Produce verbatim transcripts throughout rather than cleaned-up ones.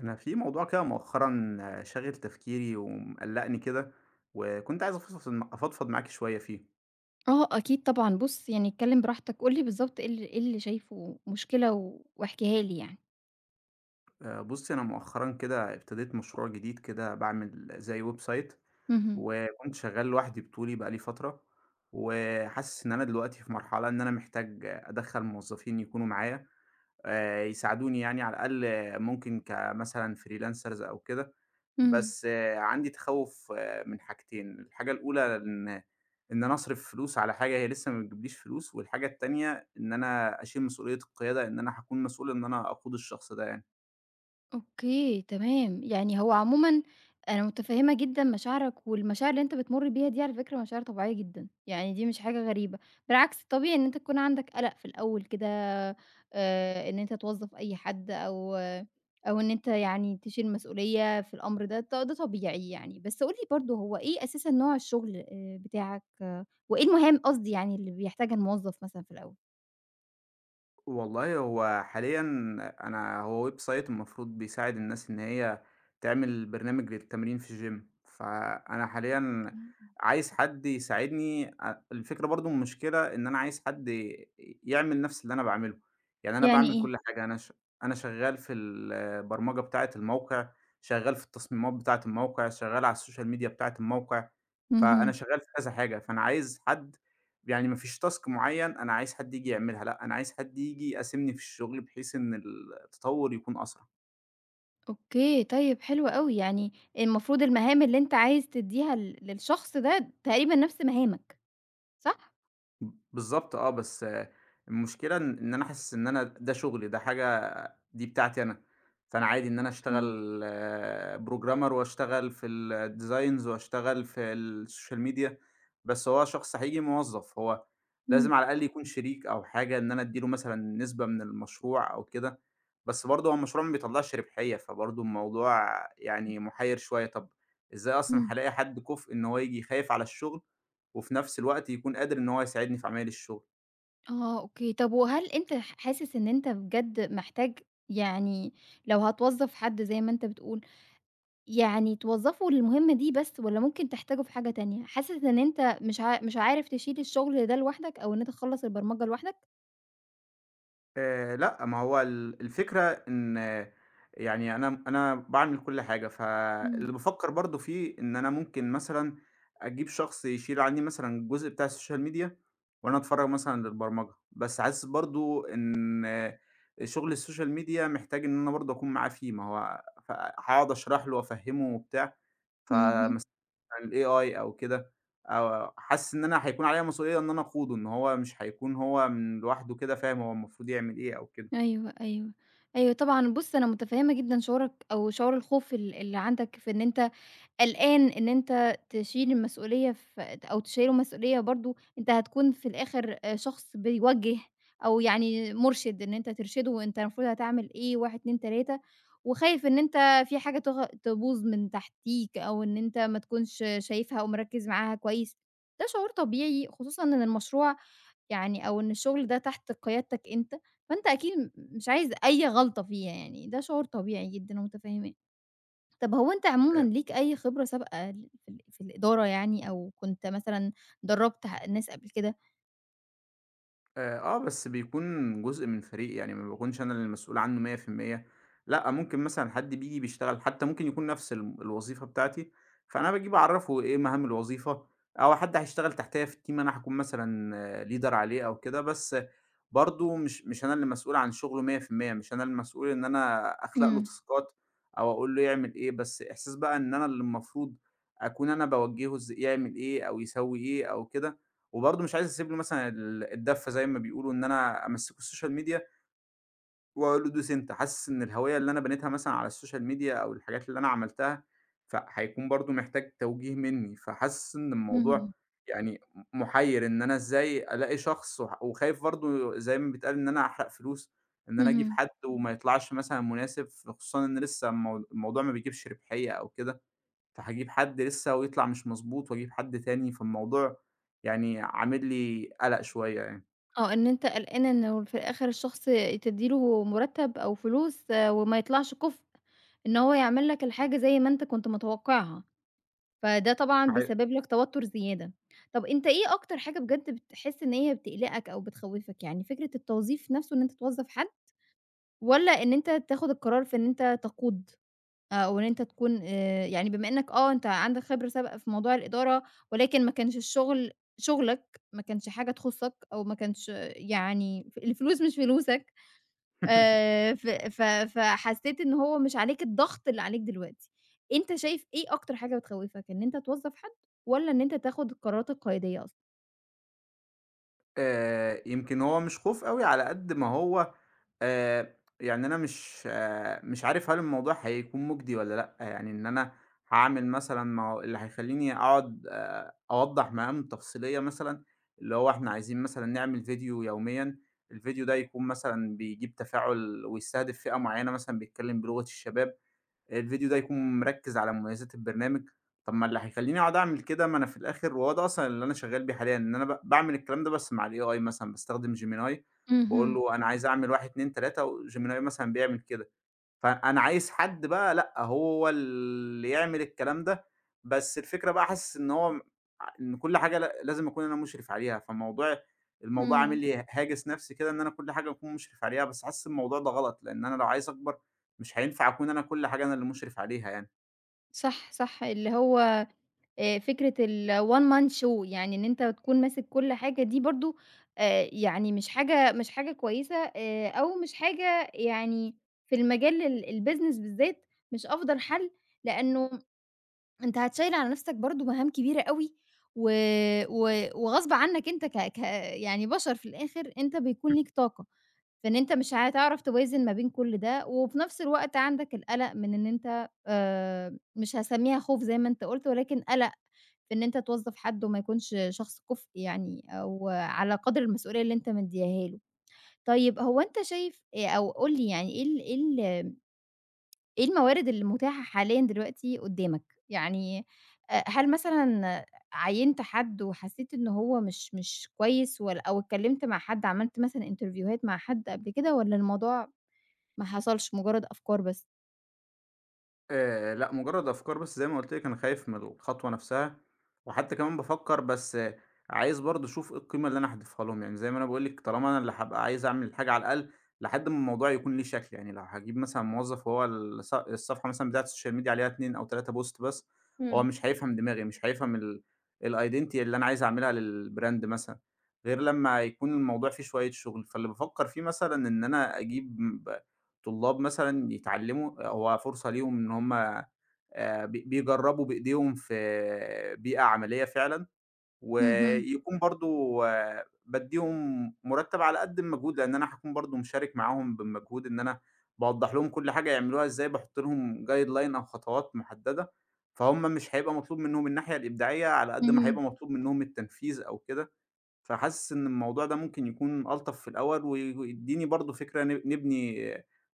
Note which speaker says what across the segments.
Speaker 1: أنا في موضوع كده مؤخرًا شاغل تفكيري ومقلّقني كده، وكنت عايز أفصفص م أفضفض معاكِ شوية فيه.
Speaker 2: آه، أكيد طبعًا، بُص يعني اتكلم براحتك، قُل لي بالضبط إيه ال إيه اللي شايفه مشكلة و واحكيها لي يعني.
Speaker 1: آآ بُصّي، أنا مؤخرًا كده ابتديت مشروع جديد كده باعمل زي web site،
Speaker 2: اهم،
Speaker 1: وكنت شغّال لوحدي بطولي بقى لي فترة، وحاسس إن أنا دلوقتي في مرحلة إن أنا محتاج أدخّل موظفين يكونوا معايا. آآ يساعدوني يعني على الأقل، ممكن كمثلًا freelancers أو كده.
Speaker 2: اهم.
Speaker 1: بس آه، عندي تخوُّف آه، من حاجتين، الحاجة الأولى إن إن أنا أصرف فلوس على حاجة هي لسه ما بتجيبليش فلوس، والحاجة التانية إن أنا أشيل مسؤولية القيادة، إن أنا هاكون مسؤول إن أنا أقود الشخص ده يعني.
Speaker 2: أوكي، تمام، يعني هو عمومًا أنا متفهمة جدًا مشاعرك، والمشاعر اللي أنت بتمر بيها دي على فكرة مشاعر طبيعية جدًا، يعني دي مش حاجة غريبة، بالعكس طبيعي إن أنت تكون عندك قلق في الأول كده، آآ، إن أنت توظّف أي حد أو أو إن أنت يعني تشيل مسؤولية في الأمر ده، ط ده طبيعي يعني، بس قُل لي برضه هو إيه أساسًا نوع الشغل آآ، بتاعك، آه، وإيه المهام قصدي يعني اللي بيحتاجها الموظف مثلًا في الأول؟
Speaker 1: والله هو حاليًا أنا، هو web site المفروض بيساعد الناس إن هي تعمل برنامج للتمرين في الgym. فأنا حاليًا
Speaker 2: إمم.
Speaker 1: عايز حد يساعدني، أ الفكرة برضه المشكلة إن أنا عايز حد ي يعمل نفس اللي أنا باعمله. يعني أنا
Speaker 2: يعني
Speaker 1: باعمل
Speaker 2: إيه؟
Speaker 1: كل حاجة، أنا ش أنا شغال في البرمجة بتاعة الموقع، شغال في التصميمات بتاعة الموقع، شغال على السوشيال ميديا بتاعة الموقع.
Speaker 2: اهم.
Speaker 1: فأنا شغال في كذا حاجة، فأنا عايز حد، يعني ما فيش تاسك معين أنا عايز حد ييجي يعملها، لأ أنا عايز حد ييجي يقاسمني في الشغل بحيث إن التطور يكون أسرع.
Speaker 2: أوكي، طيب حلو أوي، يعني المفروض المهام اللي أنت عايز تدّيها ل للشخص ده تقريبًا نفْس مهامك، صح؟
Speaker 1: بالضبط آه، بس آه، المشكلة إن إن أنا حاسس إن أنا ده شغلي، ده حاجة دي بتاعتي أنا. فأنا عادي إن أنا
Speaker 2: أوكي،
Speaker 1: أشتغل programmer وأشتغل في الdesigns وأشتغل في الsocial media، بس هو شخص هييجي موظف، هو
Speaker 2: إمم،
Speaker 1: لازم على الأقل يكون شريك أو حاجة، إن أنا أدّي له مثلًا نسبة من المشروع أو كده. بس برضه هو المشروع ما بيطلّعش ربحية، فبرضه الموضوع يعني مُحيّر شوية. طَب إزاي أصلًا
Speaker 2: إمم.
Speaker 1: هالاقي حد كُفء إن هو ييجي خايف على الشغل وفي نفس الوقت يكون قادر إن هو يساعدني في عمايل الشغل.
Speaker 2: آه، أوكي، طب وهل أنت ح حاسس إن أنت بجد محتاج يعني لو هتوظّف حد زي ما أنت بتقول، يعني توظّفه للمهمة دي بس والّا ممكن تحتاجه في حاجة تانية؟ حاسس إن أنت مش ع مش عارف تشيل الشغل ده لوحدك أو إن أنت تخلّص البرمجة لوحدك؟
Speaker 1: آآ لأ، ما هو ال الفكرة إن آه، يعني أنا أنا باعمل كل حاجة،
Speaker 2: إمم،
Speaker 1: فاللي بافكّر برضه فيه إن أنا ممكن مثلًا أجيب شخص يشيل عنّي مثلًا الجزء بتاع السوشيال ميديا، وأنا أتفرّغ مثلًا للبرمجة. بس حاسس برضه إن آه، شغل السوشيال ميديا محتاج إن أنا برضه أكون معاه فيه، ما هو ف هاقعد أشرح له وأفهّمه وبتاع،
Speaker 2: اهم.
Speaker 1: فم عن الAI أو كده. أو حاسس إن أنا هيكون عليَّ مسؤولية إن أنا أقوده، إن هو مش هيكون هو من لوحده كده فاهم هو المفروض يعمل إيه أو كده.
Speaker 2: أيوه، أيوه، أيوه طبعًا. بُص، أنا متفهّمة جدًا شعورك أو شعور الخوف ال اللي عندك في إن أنت قلقان إن أنت تشيل المسؤولية ف أو تشيّله مسؤولية برضه أنت هتكون في الآخر آآ شخص بيوجّه أو يعني مرشد، إن أنت ترشده وأنت المفروض هتعمل إيه واحد، اتنين، تلاتة وخايف إن أنت في حاجة تغ تبوظ من تحتيك أو إن أنت ما تكونش شايفها أو مركّز معاها كويس. ده شعور طبيعي خصوصًا إن المشروع يعني أو إن الشغل ده تحت قيادتك أنت، فأنت أكيد م مش عايز أي غلطة فيه يعني، ده شعور طبيعي جدًا ومتفهماه. طب هو أنت عمومًا ليك أي خبرة سابقة ل في ال في الإدارة يعني أو كنت مثلًا درّبت ح ناس قبل كده؟
Speaker 1: آآ، آه، بس بيكون جزء من فريق، يعني ما باكونش أنا اللي المسؤول عنه مية في المية. لأ، ممكن مثلًا حد بييجي بيشتغل حتى ممكن يكون نفس الم الوظيفة بتاعتي، فأنا باجي باعرّفه إيه مهام الوظيفة. أو حد هيشتغل تحتيّا في الteam أنا هاكون مثلًا leader عليه أو كده، بس برضه مش مش أنا اللي مسؤول عن شغله مية في المية، مش أنا المسؤول إن أنا أخلق له
Speaker 2: إمم،
Speaker 1: تاسكات أو أقول له يعمل إيه. بس إحساس بقى إن أنا اللي المفروض أكون أنا باوجّهه إز يعمل إيه أو يسوي إيه أو كده. وبرضه مش عايز أسيب له مثلًا ال الدَفّة زي ما بيقولوا، إن أنا أمسّكه السوشيال ميديا وأقول له دوس أنت، حاسس إن الهوية اللي أنا بنيتها مثلًا على السوشيال ميديا أو الحاجات اللي أنا عملتها، فهيكون برضه محتاج توجيه منّي. فحاسس إن الموضوع
Speaker 2: اهم،
Speaker 1: يعني م مُحيّر إن أنا إزاي ألاقي شخص، وح وخايف برضه زي ما بيتقال إن أنا أحرق فلوس، إن أنا أجيب
Speaker 2: اهم،
Speaker 1: حد وما يطلعش مثلًا مناسب، ف خصوصًا إن لسه المو الموضوع ما بيجيبش ربحية أو كده. فهاجيب حد لسه ويطلع مش مضبوط وأجيب حد تاني، فالموضوع يعني عامل لي قلق شوية يعني.
Speaker 2: آه، إن أنت قلقان إنه في الآخر الشخص تدّي له مرتب أو فلوس آه، وما يطلعش كُفء، إن هو يعمل لك الحاجة زي ما أنت كنت متوقعها. فده طبعًا
Speaker 1: صحيح.
Speaker 2: بيسبب لك توتر زيادة. طب أنت إيه أكتر حاجة بجد بتحس إن هي بتقلقك أو بتخوّفك؟ يعني فكرة التوظيف نفسه إن أنت توظّف حد، والّا إن أنت تاخد القرار في إن أنت تقود، أو إن أنت تكون آآ يعني بما إنك آه، أنت عندك خبرة سابقة في موضوع الإدارة، ولكن ما كانش الشغل شغلك، ما كانش حاجة تخُصّك، أو ما كانش يعني ف الفلوس مش فلوسك، آآ ف ف فحسيت إن هو مش عليك الضغط اللي عليك دلوقتي. أنت شايف إيه أكتر حاجة بتخوّفك، إن أنت توظّف حد والّا إن أنت تاخُد القرارات القيادية أصلًا؟
Speaker 1: آآ يمكن هو مش خوف أوي على قد ما هو، آآ يعني أنا مش آه، مش عارف هل الموضوع هيكون مُجدي والّا لأ. يعني إن أنا هاعمل مثلًا، ما هو اللي هيخلّيني أقعد آآ أوضّح مهام تفصيلية مثلًا، اللي هو إحنا عايزين مثلًا نعمل فيديو يوميًا، الفيديو ده يكون مثلًا بيجيب تفاعل ويستهدف فئة معيّنة مثلًا بيتكلم بلغة الشباب. الفيديو ده يكون مركّز على مميزات البرنامج. طب ما اللي هيخلّيني أقعد أعمل كده، ما أنا في الآخر وهو ده أصلًا اللي أنا شغّال بيه حاليًا، إن أنا ب باعمل الكلام ده، بس مع الAI مثلًا باستخدم Gemini، باقول
Speaker 2: اهم،
Speaker 1: له أنا عايز أعمل واحد، اتنين، تلاتة وGemini مثلًا بيعمل كده. فأنا عايز حد بقى لأ، هو اللي يعمل الكلام ده. بس الفكرة بقى حاسس إن هو م ع إن كل حاجة ل لازم أكون أنا مُشرف عليها. فموضوع الموضوع عامل
Speaker 2: إمم،
Speaker 1: لي هاجس نَفْسي كده، إن أنا كل حاجة أكون مُشرف عليها، بس حاسس الموضوع ده غلط، لإن أنا لو عايز أكبر مش هينفع أكون أنا كل حاجة أنا اللي مُشرف عليها يعني.
Speaker 2: صح، صح، اللي هو آآ فكرة الone man show يعني إن أنت تكون ماسك كل حاجة دي برضه آآ يعني مش حاجة مش حاجة كويسة آآ أو مش حاجة يعني في المجال ال الbusiness بالذات مش أفضل حَل لإنه أنت هتشيّل على نَفْسك برضه مهام كبيرة أوي، و و وغصب عنّك أنت ك ك يعني بشر في الآخر، أنت بيكون ليك طاقة، فإن أنت مش هتعرف توازن ما بين كل ده، وفي نَفْس الوقت عندك القلق من إن أنت آآ، مش هاسمّيها خوف زي ما أنت قُلت، ولكن قلق في إن أنت توظّف حد وما يكونش شخص كُفء يعني، أو على قدْر المسؤولية اللي أنت مدّياها له. طيب هو أنت شايف آآ، أو قُل لي يعني إيه ال إيه ال إيه الموارد المتاحة حاليًا دلوقتي قدّامك؟ يعني أ هل مثلًا عيّنت حد وحسّيت إن هو مش مش كويس وال أو اتكلّمت مع حد عملت مثلًا انترفيوهات مع حد قبل كده والّا الموضوع ما حصلش مجرّد أفكار بس؟
Speaker 1: آآ لأ، مجرّد أفكار بس، زي ما قُلت لِك أنا خايف من الخطوة نَفْسها. وحتى كمان بافكّر بس آه، عايز برضه أشوف إيه القيمة اللي أنا هاضيفها لهم، يعني زي ما أنا باقول لِك طالما أنا اللي هابقى عايز أعمل الحاجة على الأقل لحد ما الموضوع يكون ليه شكل. يعني لو هاجيب مثلًا موظّف وهو الص الصفحة مثلًا بتاعة السوشيال ميديا عليها اتنين أو تلات بوست بس، هو
Speaker 2: إمم.
Speaker 1: مش هيفهم دماغي، مش هيفهم ال الidentity اللي أنا عايز أعملها للbrand مثلًا، غير لمّا يكون الموضوع فيه شوية شُغل. فاللي بافكّر فيه مثلًا إن أنا أجيب طلاب مثلًا يتعلموا، هو فرصة ليهم إن هم آآ بي بيجرّبوا بإيديهم في بيئة عملية فعلًا،
Speaker 2: اهم،
Speaker 1: ويكون برضه بادّيهم مُرتّب على قد المجهود، لإن أنا هاكون برضه مشارك معاهم بالمجهود، إن أنا باوضّح لهم كل حاجة يعملوها إزاي، باحط لهم guideline أو خطوات محددة، فهُم مش هيبقى مطلوب منهم الناحية الإبداعية على قد ما
Speaker 2: اهم،
Speaker 1: هيبقى مطلوب منهم التنفيذ أو كده. فحاسس إن الموضوع ده ممكن يكون ألطف في الأول وي ويدّيني برضه فكرة نب نبني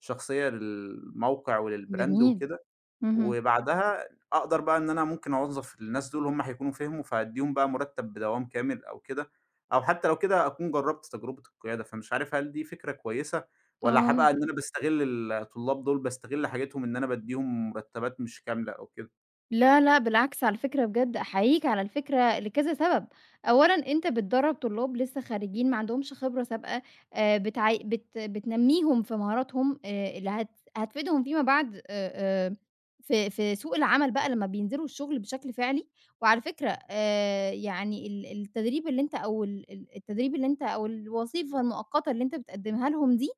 Speaker 1: شخصية للموقع وللبراند
Speaker 2: جميل،
Speaker 1: وكده.
Speaker 2: اهم،
Speaker 1: وبعدها أقدر بقى إن أنا ممكن أوظّف الناس دول، هم هيكونوا فهموا، فأدّيهم بقى مرتب بدوام كامل أو كده. أو حتى لو كده أكون جرّبت تجربة القيادة، فمش عارف هل دي فكرة كويسة والّا
Speaker 2: آه.
Speaker 1: هابقى إن أنا باستغل الطلاب دول، باستغل حاجتهم إن أنا بادّيهم مرتبات مش كاملة أو كده،
Speaker 2: لا، لأ، بالعكس على فكرة بجد أحييك على الفكرة لكذا سبب، أولًا أنت بتدرّب طلاب لسه خارجين ما عندهمش خبرة سابقة، آآ بتعي بت بتنمّيهم في مهاراتهم آآ اللي هت هتفيدهم فيما بعد آآ آآ في في سوق العمل بقى لمّا بينزلوا الشغل بشكل فعلي، وعلى فكرة آآ يعني ال التدريب اللي أنت أو ال ال التدريب اللي أنت أو الوظيفة المؤقتة اللي أنت بتقدّمها لهم دي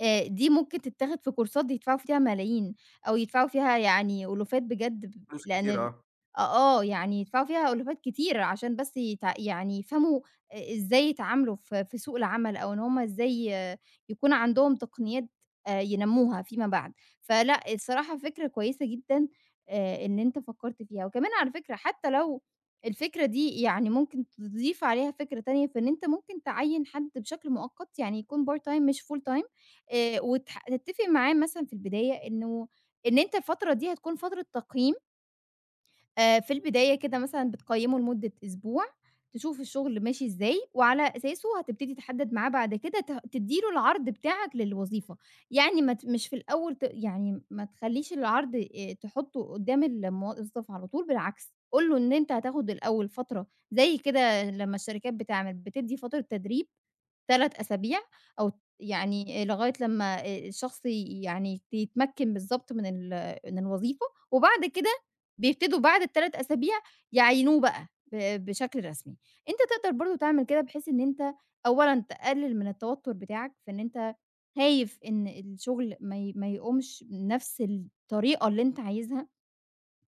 Speaker 2: آآ دي ممكن تتاخد في كورسات يدفعوا فيها ملايين، أو يدفعوا فيها يعني ألوفات بجد ب
Speaker 1: فلوس
Speaker 2: لأن
Speaker 1: كتير
Speaker 2: ال
Speaker 1: آه.
Speaker 2: آه، آه، يعني يدفعوا فيها ألوفات كتير عشان بس يتع يعني يفهموا أ إزاي يتعاملوا في في سوق العمل، أو إن هم إزاي آه، يكون عندهم تقنيات آآ ينمّوها فيما بعد. فلأ، الصراحة فكرة كويسة جدًا آآ إن أنت فكّرت فيها، وكمان على فكرة حتى لو الفكرة دي يعني ممكن تضيف عليها فكرة تانية، فإن أنت ممكن تعيّن حد بشكل مؤقت، يعني يكون part time مش full time آآ وتح تتّفق معاه مثلًا في البداية إنه إن أنت الفترة دي هتكون فترة تقييم، آآ في البداية كده مثلًا بتقيّمه لمدة أسبوع، تشوف الشغل ماشي إزاي، وعلى أساسه هتبتدي تحدد معاه بعد كده ت تدّي له العرض بتاعك للوظيفة، يعني ما ت مش في الأول ت يعني ما تخلّيش العرض آآ تحطّه قدّام الموظف على طول، بالعكس قُل له إن أنت هتاخد الأول فترة زي كده لمّا الشركات بتعمل، بتدّي فترة تدريب 3 أسابيع أو يعني لغاية لمّا آآ الشخص ي يعني يتمكّن بالضبط من ال من الوظيفة، وبعد كده بيبتدوا بعد الثلاث أسابيع يعينوه بقى ب بشكل رسمي. أنت تقدر برضه تعمل كده بحيث إن أنت أولًا تقلل من التوتر بتاعك، في إن أنت خايف إن الشغل ما ي ما يقومش بنفس الطريقة اللي أنت عايزها،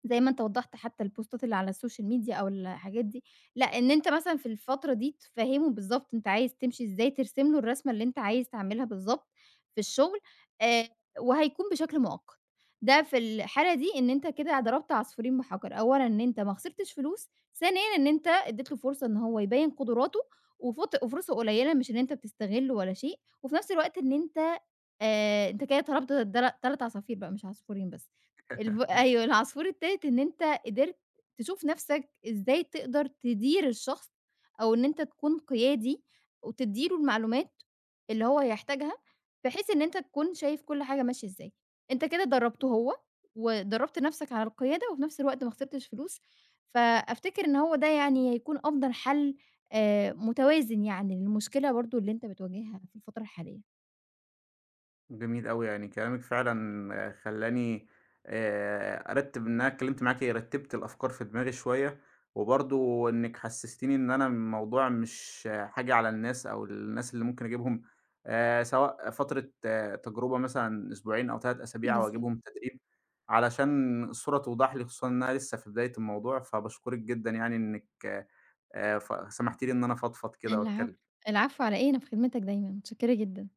Speaker 2: زي ما أنت وضّحت حتى البوستات اللي على السوشيال ميديا أو الحاجات دي، لأ إن أنت مثلًا في الفترة دي تفهّمه بالضبط أنت عايز تمشي إزاي، ترسم له الرسمة اللي أنت عايز تعملها بالضبط في الشغل، آآ وهيكون بشكل مؤقت. ده في الحالة دي إن أنت كده ضربت عصفورين بحجر، أولًا إن أنت ما خسرتش فلوس، ثانيًا إن أنت ادّيت له فرصة إن هو يبيّن قدراته وفط وفرصة قليلة مش إن أنت بتستغله ولا شيء، وفي نفس الوقت إن أنت آآ أنت كده ضربت در 3 عصافير بقى مش عصفورين بس. الف أيوه، العصفور التالت إن أنت قدرت تشوف نَفْسك إزاي تقدر تدير الشخص أو إن أنت تكون قيادي وتدّي له المعلومات اللي هو هيحتاجها، بحيث إن أنت تكون شايف كل حاجة ماشية إزاي. أنت كده درّبته هو ودرّبت نَفْسك على القيادة وفي نَفْس الوقت ما خسرتش فلوس، فأفتكر إن هو ده يعني هيكون أفضل حَل آآ متوازن يعني للمشكلة برضه اللي أنت بتواجهها في الفترة الحالية.
Speaker 1: جميل أوي، يعني كلامِك فعلًا خلّاني آآ أرتّب، إن أنا اتكلّمت معاكِ رتّبت الأفكار في دماغي شوية، وبرضه إنِّك حسّستيني إن أنا الموضوع مش حاجة على الناس، أو الناس اللي ممكن أجيبهم آآ سواء فترة آه، تجربة مثلًا أسبوعين أو ثلاثة أسابيع أو
Speaker 2: بالضبط.
Speaker 1: أجيبهم تدريب، علشان الصورة توضح لي خصوصًا إن أنا لسه في بداية الموضوع. فباشكرِك جدًا يعني إنِّك آآ ف سمحتِ لي إن أنا أفضفض كده
Speaker 2: العفو،
Speaker 1: وأتكلّم.
Speaker 2: العفو على إيه، أنا في خدمتك دايمًا، متشكّرة جدًا.